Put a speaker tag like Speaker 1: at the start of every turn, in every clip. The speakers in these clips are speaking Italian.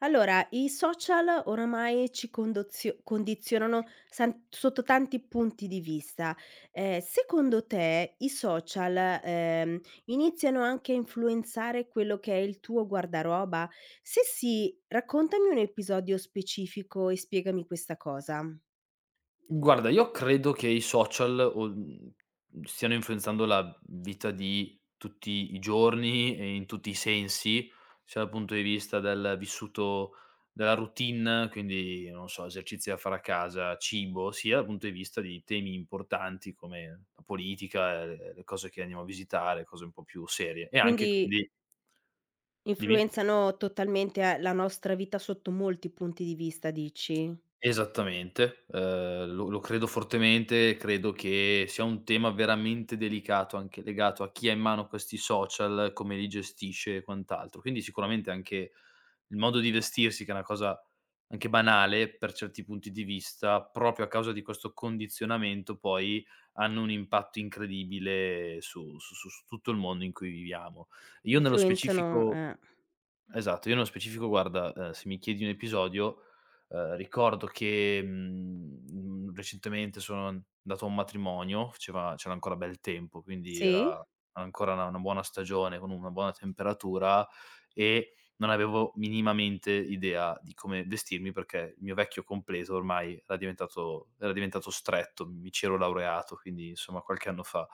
Speaker 1: Allora, i social oramai ci condozio condizionano san sotto tanti punti di vista. Secondo te i social, ehm, iniziano anche a influenzare quello che è il tuo guardaroba? Se sì, raccontami un episodio specifico e spiegami questa cosa.
Speaker 2: Guarda, io credo che i social stiano influenzando la vita di tutti i giorni e in tutti i sensi, sia dal punto di vista del vissuto della routine, quindi non so, esercizi da fare a casa, cibo, sia dal punto di vista di temi importanti come la politica, le cose che andiamo a visitare, cose un po' più serie e anche
Speaker 1: Quindi
Speaker 2: quindi dimmi?
Speaker 1: influenzano totalmente a la nostra vita sotto molti punti di vista dici?
Speaker 2: Esattamente, lo credo fortemente, credo che sia un tema veramente delicato, anche legato a chi ha in mano questi social, come li gestisce e quant'altro. Quindi sicuramente anche il modo di vestirsi, che è una cosa anche banale per certi punti di vista, proprio a causa di questo condizionamento poi hanno un impatto incredibile su tutto il mondo in cui viviamo. Io nello
Speaker 1: Influenzano
Speaker 2: specifico.
Speaker 1: eh.
Speaker 2: Esatto, io nello specifico guarda, se mi chiedi un episodio, ricordo che, recentemente sono andato a un matrimonio, faceva c'era ancora bel tempo, quindi
Speaker 1: Sì?
Speaker 2: era ancora una buona stagione con una buona temperatura e non avevo minimamente idea di come vestirmi perché il mio vecchio completo ormai era diventato stretto, mi ci ero laureato, quindi insomma qualche anno fa.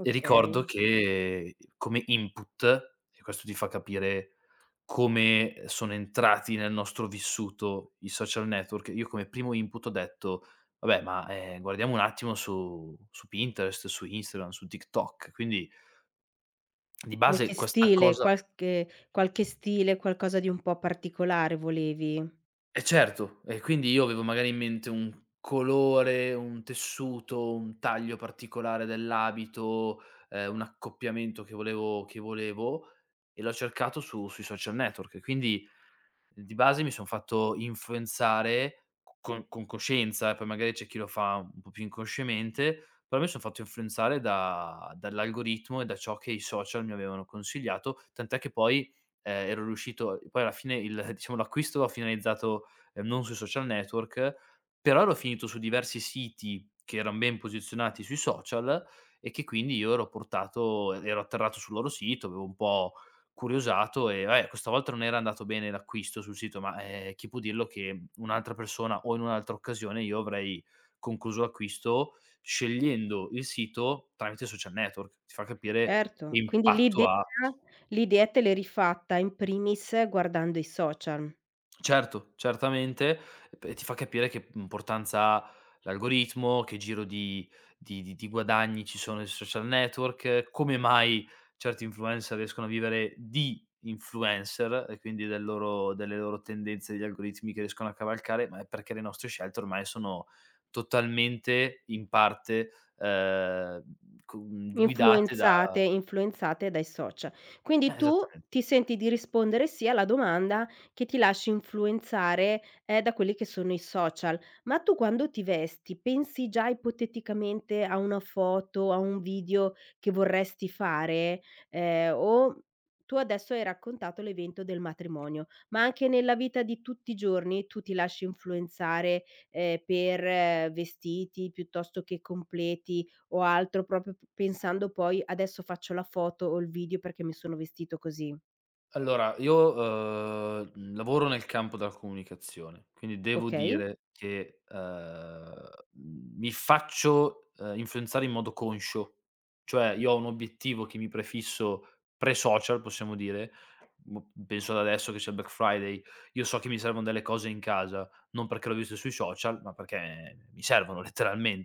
Speaker 2: E ricordo che come input, e questo ti fa capire come sono entrati nel nostro vissuto i social network, io come primo input ho detto: "Vabbè, ma, guardiamo un attimo su Pinterest, su Instagram, su TikTok". Quindi di
Speaker 1: Qualche
Speaker 2: base questa
Speaker 1: stile,
Speaker 2: cosa.
Speaker 1: qualche stile, qualcosa di un po' particolare volevi.
Speaker 2: Eh certo, e quindi io avevo magari in mente un colore, un tessuto, un taglio particolare dell'abito, un accoppiamento che volevo e l'ho cercato su sui social network. Quindi di base mi son fatto influenzare con coscienza, poi magari c'è chi lo fa un po' più inconsciamente, però mi son fatto influenzare da dall'algoritmo e da ciò che i social mi avevano consigliato, tant'è che poi, ero riuscito poi alla fine il diciamo l'acquisto l'ho finalizzato, non sui social network, però ero finito su diversi siti che eran ben posizionati sui social e che quindi io ero portato ero atterrato sul loro sito, avevo un po' curiosato e vabbè questa volta non era andato bene l'acquisto sul sito, ma, chi può dirlo che un'altra persona o in un'altra occasione io avrei concluso l'acquisto scegliendo il sito tramite social network. Ti fa capire che
Speaker 1: Certo, quindi
Speaker 2: impatto
Speaker 1: l'idea
Speaker 2: ha.
Speaker 1: l'idea te l'eri fatta in primis guardando i social.
Speaker 2: Certo, certamente, e ti fa capire che importanza ha l'algoritmo, che giro di guadagni ci sono sui social network, come mai certi influencer riescono a vivere di influencer e quindi delle loro tendenze, degli algoritmi che riescono a cavalcare, ma è perché le nostre scelte ormai sono totalmente in parte, ehm, cu guidate da.
Speaker 1: Influenzate, influenzate dai social. Quindi
Speaker 2: Eh,
Speaker 1: tu
Speaker 2: esattamente.
Speaker 1: ti senti di rispondere sì alla domanda che ti lasci influenzare, da quelli che sono i social. Ma tu quando ti vesti pensi già ipoteticamente a una foto, a un video che vorresti fare? O tu adesso hai raccontato l'evento del matrimonio, ma anche nella vita di tutti i giorni tu ti lasci influenzare, per vestiti piuttosto che completi, o altro, proprio p pensando poi: "Adesso faccio la foto o il video perché mi sono vestito così."
Speaker 2: Allora, io, uhm, lavoro nel campo della comunicazione, quindi devo
Speaker 1: Okay?
Speaker 2: dire che, mi faccio, influenzare in modo conscio. Cioè, io ho un obiettivo che mi prefisso pre-social, possiamo dire, boh, penso ad adesso che c'è Black Friday, io so che mi servono delle cose in casa, non perché l'ho visto sui social, ma perché mi servono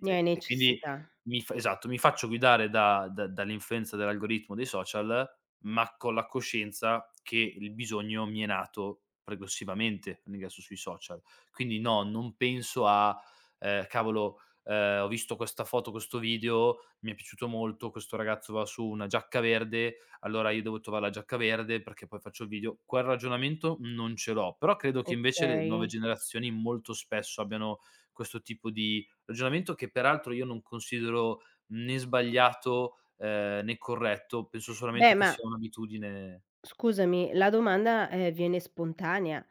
Speaker 1: Ne hai
Speaker 2: e quindi
Speaker 1: necessità.
Speaker 2: mi fa esatto, mi faccio guidare da da dall'influenza dell'algoritmo dei social ma con la coscienza che il bisogno mi è nato progressivamente all'ingresso sui social. Quindi no, non penso a, cavolo, ho visto questa foto, questo video, mi è piaciuto molto, questo ragazzo va su una giacca verde, allora io devo trovare la giacca verde perché poi faccio il video. Quel ragionamento non ce l'ho, però credo che invece le nuove
Speaker 1: Okay.
Speaker 2: generazioni molto spesso abbiano questo tipo di ragionamento che peraltro io non considero né sbagliato, né corretto, penso solamente
Speaker 1: Beh,
Speaker 2: che
Speaker 1: ma
Speaker 2: sia un'abitudine.
Speaker 1: scusami, la domanda, viene spontanea.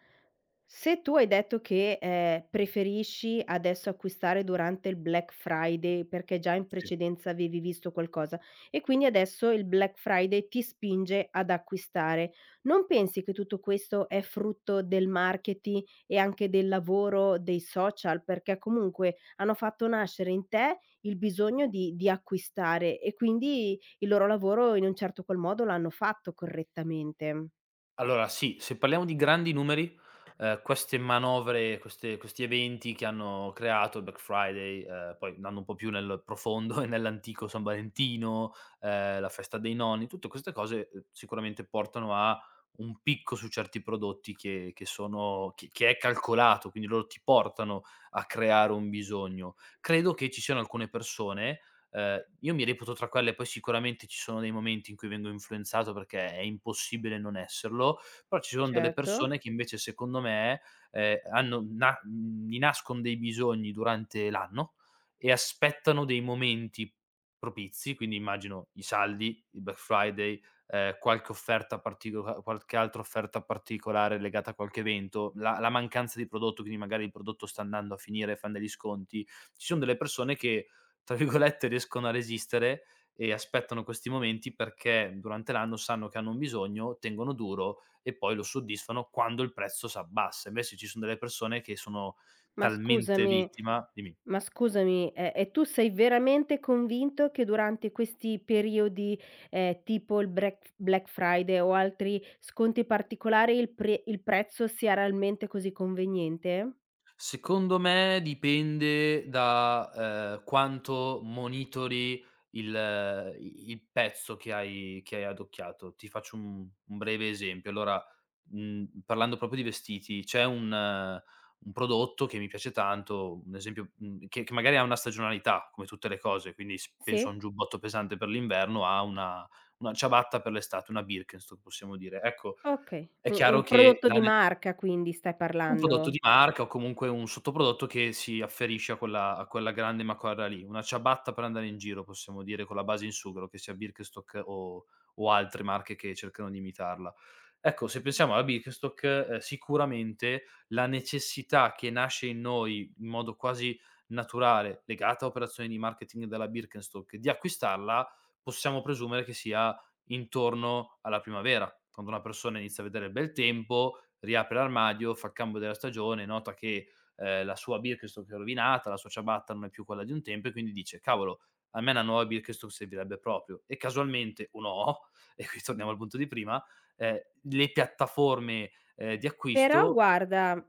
Speaker 1: Se tu hai detto che, preferisci adesso acquistare durante il Black Friday, perché già in
Speaker 2: Sì,
Speaker 1: precedenza avevi visto qualcosa e quindi adesso il Black Friday ti spinge ad acquistare, non pensi che tutto questo è frutto del marketing e anche del lavoro dei social? Perché comunque hanno fatto nascere in te il bisogno di acquistare e quindi il loro lavoro in un certo qual modo l'hanno fatto correttamente.
Speaker 2: allora sì, se parliamo di grandi numeri, queste manovre, queste questi eventi che hanno creato, il Black Friday, poi andando un po' più nel profondo e nell'antico San Valentino, la festa dei nonni, tutte queste cose, sicuramente portano a un picco su certi prodotti che sono che è calcolato, quindi loro ti portano a creare un bisogno. Credo che ci siano alcune persone. Io mi reputo tra quelle, poi sicuramente ci sono dei momenti in cui vengo influenzato perché è impossibile non esserlo, però ci sono delle
Speaker 1: Certo.
Speaker 2: persone che invece secondo me, gli nascon dei bisogni durante l'anno e aspettano dei momenti propizi, quindi immagino i saldi, il Black Friday, qualche altra offerta particolare legata a qualche evento, la mancanza di prodotto, quindi magari il prodotto sta andando a finire, fan degli sconti. Ci son delle persone che tra virgolette, riescono a resistere e aspettano questi momenti perché durante l'anno sanno che hanno un bisogno, tengono duro e poi lo soddisfano quando il prezzo s'abbassa. Invece ci sono delle persone che sono
Speaker 1: Ma
Speaker 2: talmente
Speaker 1: scusami
Speaker 2: vittima. Dimmi.
Speaker 1: ma scusami, e tu sei veramente convinto che durante questi periodi, tipo il brec Black Friday o altri sconti particolari il pre il prezzo sia realmente così conveniente?
Speaker 2: Secondo me dipende da, quanto monitori il pezzo che hai adocchiato. Ti faccio un breve esempio. Allora, parlando proprio di vestiti, c'è un prodotto che mi piace tanto, un esempio, che magari ha una stagionalità, come tutte le cose, quindi s penso a
Speaker 1: Sì?
Speaker 2: un giubbotto pesante per l'inverno, a una ciabatta per l'estate, una Birkenstock possiamo dire. Ecco,
Speaker 1: Okay.
Speaker 2: è
Speaker 1: Un
Speaker 2: chiaro
Speaker 1: un
Speaker 2: che
Speaker 1: prodotto
Speaker 2: la
Speaker 1: di
Speaker 2: ne
Speaker 1: marca quindi stai
Speaker 2: un prodotto di
Speaker 1: parlando.
Speaker 2: marca o comunque un sottoprodotto che si afferisce a quella grande macoarra lì, una ciabatta per andare in giro, possiamo dire, con la base in sughero, che sia Birkenstock o altre marche che cercano di imitarla. Ecco, se pensiamo alla Birkenstock, sicuramente la necessità che nasce in noi in modo quasi naturale, legata a operazioni di marketing della Birkenstock, di acquistarla, possiamo presumere che sia intorno alla primavera, quando una persona inizia a vedere il bel tempo, riapre l'armadio, fa il cambio della stagione, nota che, la sua Birkenstock è rovinata, la sua ciabatta non è più quella di un tempo e quindi dice: "Cavolo, a me una nuova Birkenstock servirebbe proprio". E casualmente o no, e qui torniamo al punto di prima, le piattaforme, di
Speaker 1: Però
Speaker 2: acquisto.
Speaker 1: guarda,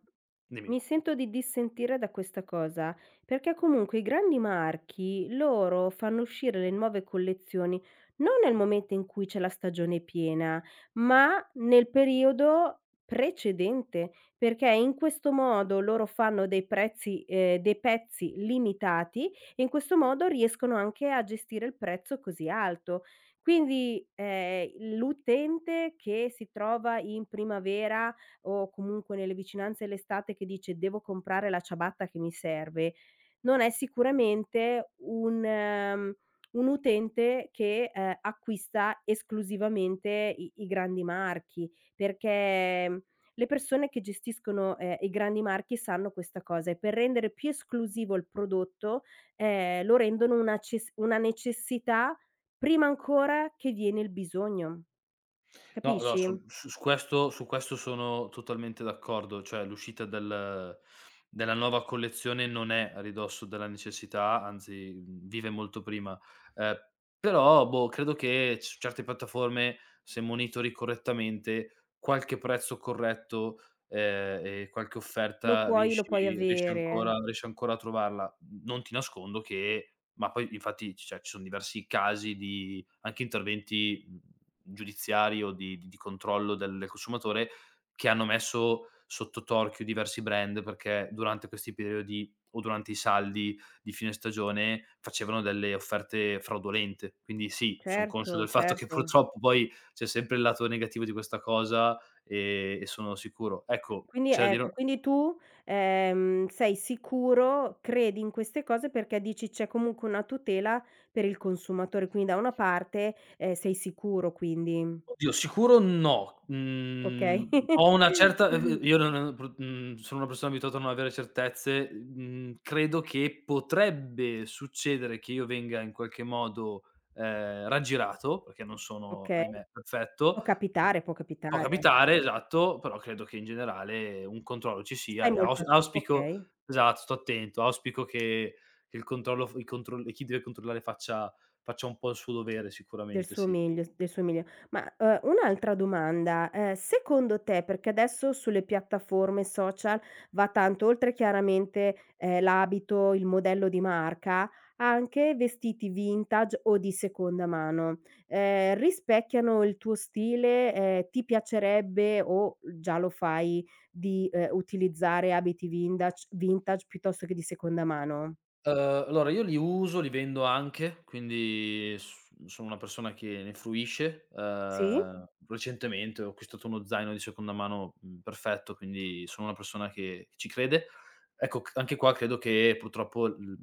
Speaker 2: Dimmi.
Speaker 1: mi sento di dissentire da questa cosa, perché comunque i grandi marchi, loro fanno uscire le nuove collezioni non nel momento in cui c'è la stagione piena, ma nel periodo precedente, perché in questo modo loro fanno dei prezzi dei pezzi limitati e in questo modo riescono anche a gestire il prezzo così alto. Quindi, l'utente che si trova in primavera o comunque nelle vicinanze l'estate che dice: "Devo comprare la ciabatta che mi serve", non è sicuramente un utente che, acquista esclusivamente i grandi marchi, perché, mhmm, le persone che gestiscono, i grandi marchi sanno questa cosa e per rendere più esclusivo il prodotto, lo rendono una ces una necessità prima ancora che viene il bisogno,
Speaker 2: No, no,
Speaker 1: capisci?
Speaker 2: su su su questo sono totalmente d'accordo, cioè l'uscita della nuova collezione non è a ridosso della necessità, anzi, vive molto prima. Ehm, però, boh, credo che su certe piattaforme, se monitori correttamente, qualche prezzo corretto, e qualche
Speaker 1: Lo
Speaker 2: offerta
Speaker 1: puoi lo puoi avere.
Speaker 2: riesci ancora a trovarla. Non ti nascondo che ma poi infatti, cioè, ci sono diversi casi di anche interventi, mhmm giudiziari o di controllo del consumatore, che hanno messo sotto torchio diversi brand, perché durante questi periodi o durante i saldi di fine stagione facevano delle offerte fraudolente. Quindi sì, son conscio
Speaker 1: Certo,
Speaker 2: del fatto che
Speaker 1: certo.
Speaker 2: purtroppo poi c'è sempre il lato negativo di questa cosa, e sono sicuro. Ecco,
Speaker 1: Quindi
Speaker 2: c'è da dire.
Speaker 1: ecco, quindi tu, sei sicuro, credi in queste cose perché dici: "C'è comunque una tutela per il consumatore", quindi da una parte, sei sicuro quindi,
Speaker 2: Oddio, sicuro no.
Speaker 1: okay.
Speaker 2: Mhmm, ho una certa ev io non pr mhmm, sono una persona abituata a non avere certezze. Mhmm, credo che potrebbe succedere che io venga in qualche modo, raggirato, perché non sono,
Speaker 1: Okay,
Speaker 2: ahimè,
Speaker 1: può
Speaker 2: perfetto.
Speaker 1: capitare, può
Speaker 2: Può
Speaker 1: capitare.
Speaker 2: capitare,
Speaker 1: Ecco.
Speaker 2: esatto, però credo che in generale un controllo ci sia
Speaker 1: Stai
Speaker 2: e
Speaker 1: molto atti
Speaker 2: auspico.
Speaker 1: okay.
Speaker 2: Esatto, sto attento, auspico che il controllo f i controll chi deve controllare faccia un po' il suo dovere
Speaker 1: Del
Speaker 2: sicuramente,
Speaker 1: suo
Speaker 2: sì.
Speaker 1: meglio s del suo meglio. Ma, un'altra domanda, secondo te perché adesso sulle piattaforme social va tanto, oltre chiaramente, l'abito, il modello di marca, anche vestiti vintage o di seconda mano, rispecchiano il tuo stile? Ti piacerebbe o già lo fai di, utilizzare abiti vintage piuttosto che di seconda mano?
Speaker 2: Uhm, allora io li uso, li vendo anche, quindi s sono una persona che ne fruisce. Mh.
Speaker 1: Sì?
Speaker 2: Recentemente ho acquistato uno zaino di seconda mano, perfetto, quindi sono una persona che ci crede. Ecco, c anche qua credo che purtroppo l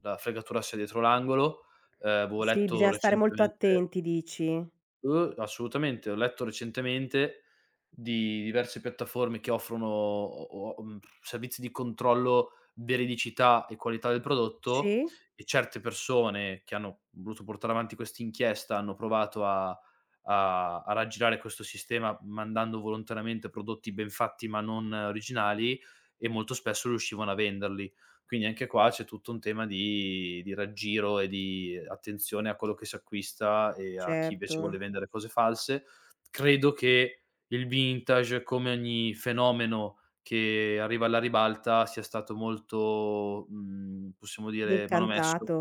Speaker 2: la fregatura sia dietro l'angolo. Avevo
Speaker 1: Sì,
Speaker 2: letto
Speaker 1: bisogna stare molto
Speaker 2: recentemente.
Speaker 1: attenti dici?
Speaker 2: Assolutamente. Ho letto recentemente di diverse piattaforme che offrono servizi di controllo veridicità e qualità del prodotto
Speaker 1: Sì?
Speaker 2: e certe persone che hanno voluto portare avanti questa inchiesta hanno provato a raggirare questo sistema mandando volontariamente prodotti ben fatti ma non originali e molto spesso riuscivano a venderli. Quindi anche qua c'è tutto un tema di raggiro e di attenzione a quello che si acquista e a chi
Speaker 1: Certo,
Speaker 2: invece vuole vendere cose false. Credo che il vintage, come ogni fenomeno che arriva alla ribalta, sia stato molto, possiamo dire, manomesso.
Speaker 1: decantato.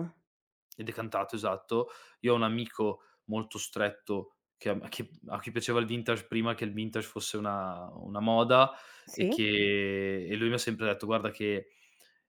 Speaker 2: È decantato, esatto. Io ho un amico molto stretto che a cui piaceva il vintage prima che il vintage fosse una moda e
Speaker 1: Sì?
Speaker 2: che e lui mi ha sempre detto: "Guarda che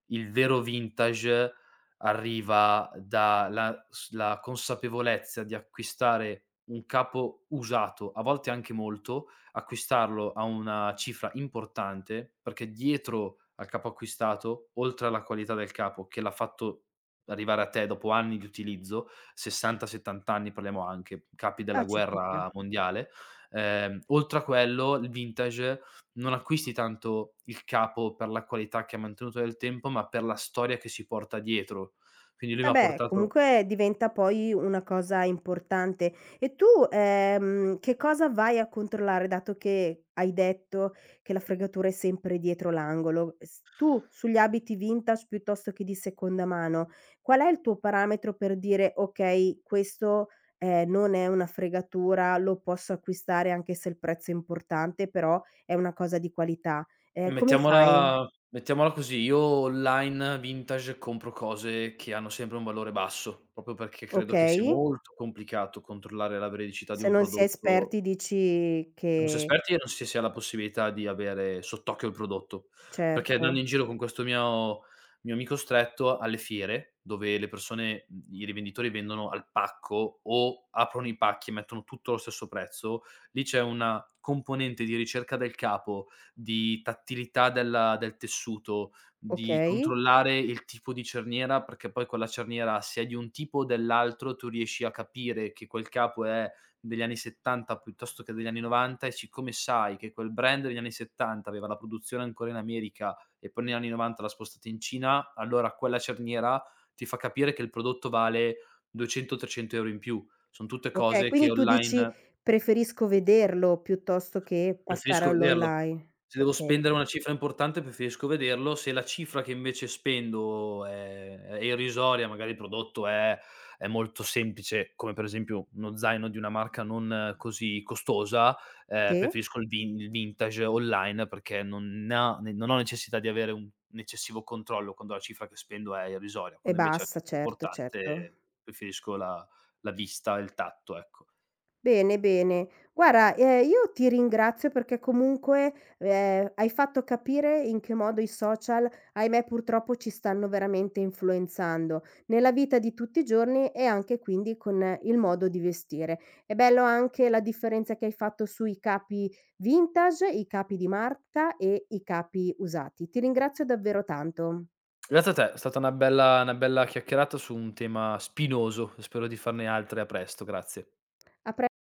Speaker 2: il vero vintage arriva dalla s la consapevolezza di acquistare un capo usato, a volte anche molto, acquistarlo a una cifra importante, perché dietro al capo acquistato, oltre alla qualità del capo che l'ha fatto arrivare a te dopo anni di utilizzo, 60, 70 anni parliamo anche, capi della
Speaker 1: Ah, ci picchia.
Speaker 2: guerra mondiale, oltre a quello il vintage non acquisti tanto il capo per la qualità che ha mantenuto nel tempo, ma per la storia che si porta dietro". Quindi lui m'ha
Speaker 1: Vabbè,
Speaker 2: portato.
Speaker 1: comunque diventa poi una cosa importante. E tu, che cosa vai a controllare, dato che hai detto che la fregatura è sempre dietro l'angolo? S Tu sugli abiti vintage piuttosto che di seconda mano, qual è il tuo parametro per dire: "Okay, questo, non è una fregatura, lo posso acquistare anche se il prezzo è importante, però è una cosa di qualità"? Come fai?
Speaker 2: mettiamola Mettiamola così, io online vintage compro cose che hanno sempre un valore basso, proprio perché credo che sia
Speaker 1: Okay,
Speaker 2: molto complicato controllare la veridicità di
Speaker 1: se
Speaker 2: un
Speaker 1: non si è
Speaker 2: prodotto.
Speaker 1: esperti dici
Speaker 2: Se non si è
Speaker 1: che
Speaker 2: esperti non si ha la possibilità di avere sott'occhio il prodotto, perché andando in
Speaker 1: certo,
Speaker 2: giro con questo mio amico stretto alle fiere, dove le persone i rivenditori vendono al pacco o aprono i pacchi e mettono tutto allo stesso prezzo, lì c'è una componente di ricerca del capo, di tattilità del tessuto, di
Speaker 1: okay,
Speaker 2: controllare il tipo di cerniera, perché poi quella cerniera se è di un tipo o dell'altro tu riesci a capire che quel capo è degli anni '70 piuttosto che degli anni '90 e siccome sai che quel brand degli anni '70 aveva la produzione ancora in America e poi negli anni '90 l'ha spostata in Cina, allora quella cerniera ti fa capire che il prodotto vale 200, 300 € in più. Son tutte
Speaker 1: okay.
Speaker 2: cose che
Speaker 1: Quindi tu dici:
Speaker 2: online.
Speaker 1: "Preferisco vederlo piuttosto che passare
Speaker 2: Preferisco vederlo.
Speaker 1: all'online."
Speaker 2: Se devo
Speaker 1: Okay,
Speaker 2: spendere una cifra importante preferisco vederlo, se la cifra che invece spendo è irrisoria, magari il prodotto è molto semplice, come per esempio uno zaino di una marca non così costosa,
Speaker 1: sì,
Speaker 2: preferisco il vintage online perché non ne ha ne non ho necessità di avere un eccessivo controllo quando la cifra che spendo è irrisoria,
Speaker 1: e
Speaker 2: quando invece la
Speaker 1: basta,
Speaker 2: cifra è
Speaker 1: certo, certo.
Speaker 2: importante preferisco la vista, il tatto, ecco.
Speaker 1: Bene, bene. Guarda, io ti ringrazio perché comunque, hai fatto capire in che modo i social, ahimè, purtroppo ci stanno veramente influenzando, nella vita di tutti i giorni e anche quindi con il modo di vestire. È bello anche la differenza che hai fatto sui capi vintage, i capi di marca e i capi usati. Ti ringrazio davvero tanto.
Speaker 2: Grazie a te, è stata una bella chiacchierata su un tema spinoso e spero di farne altre a presto, grazie.
Speaker 1: A pre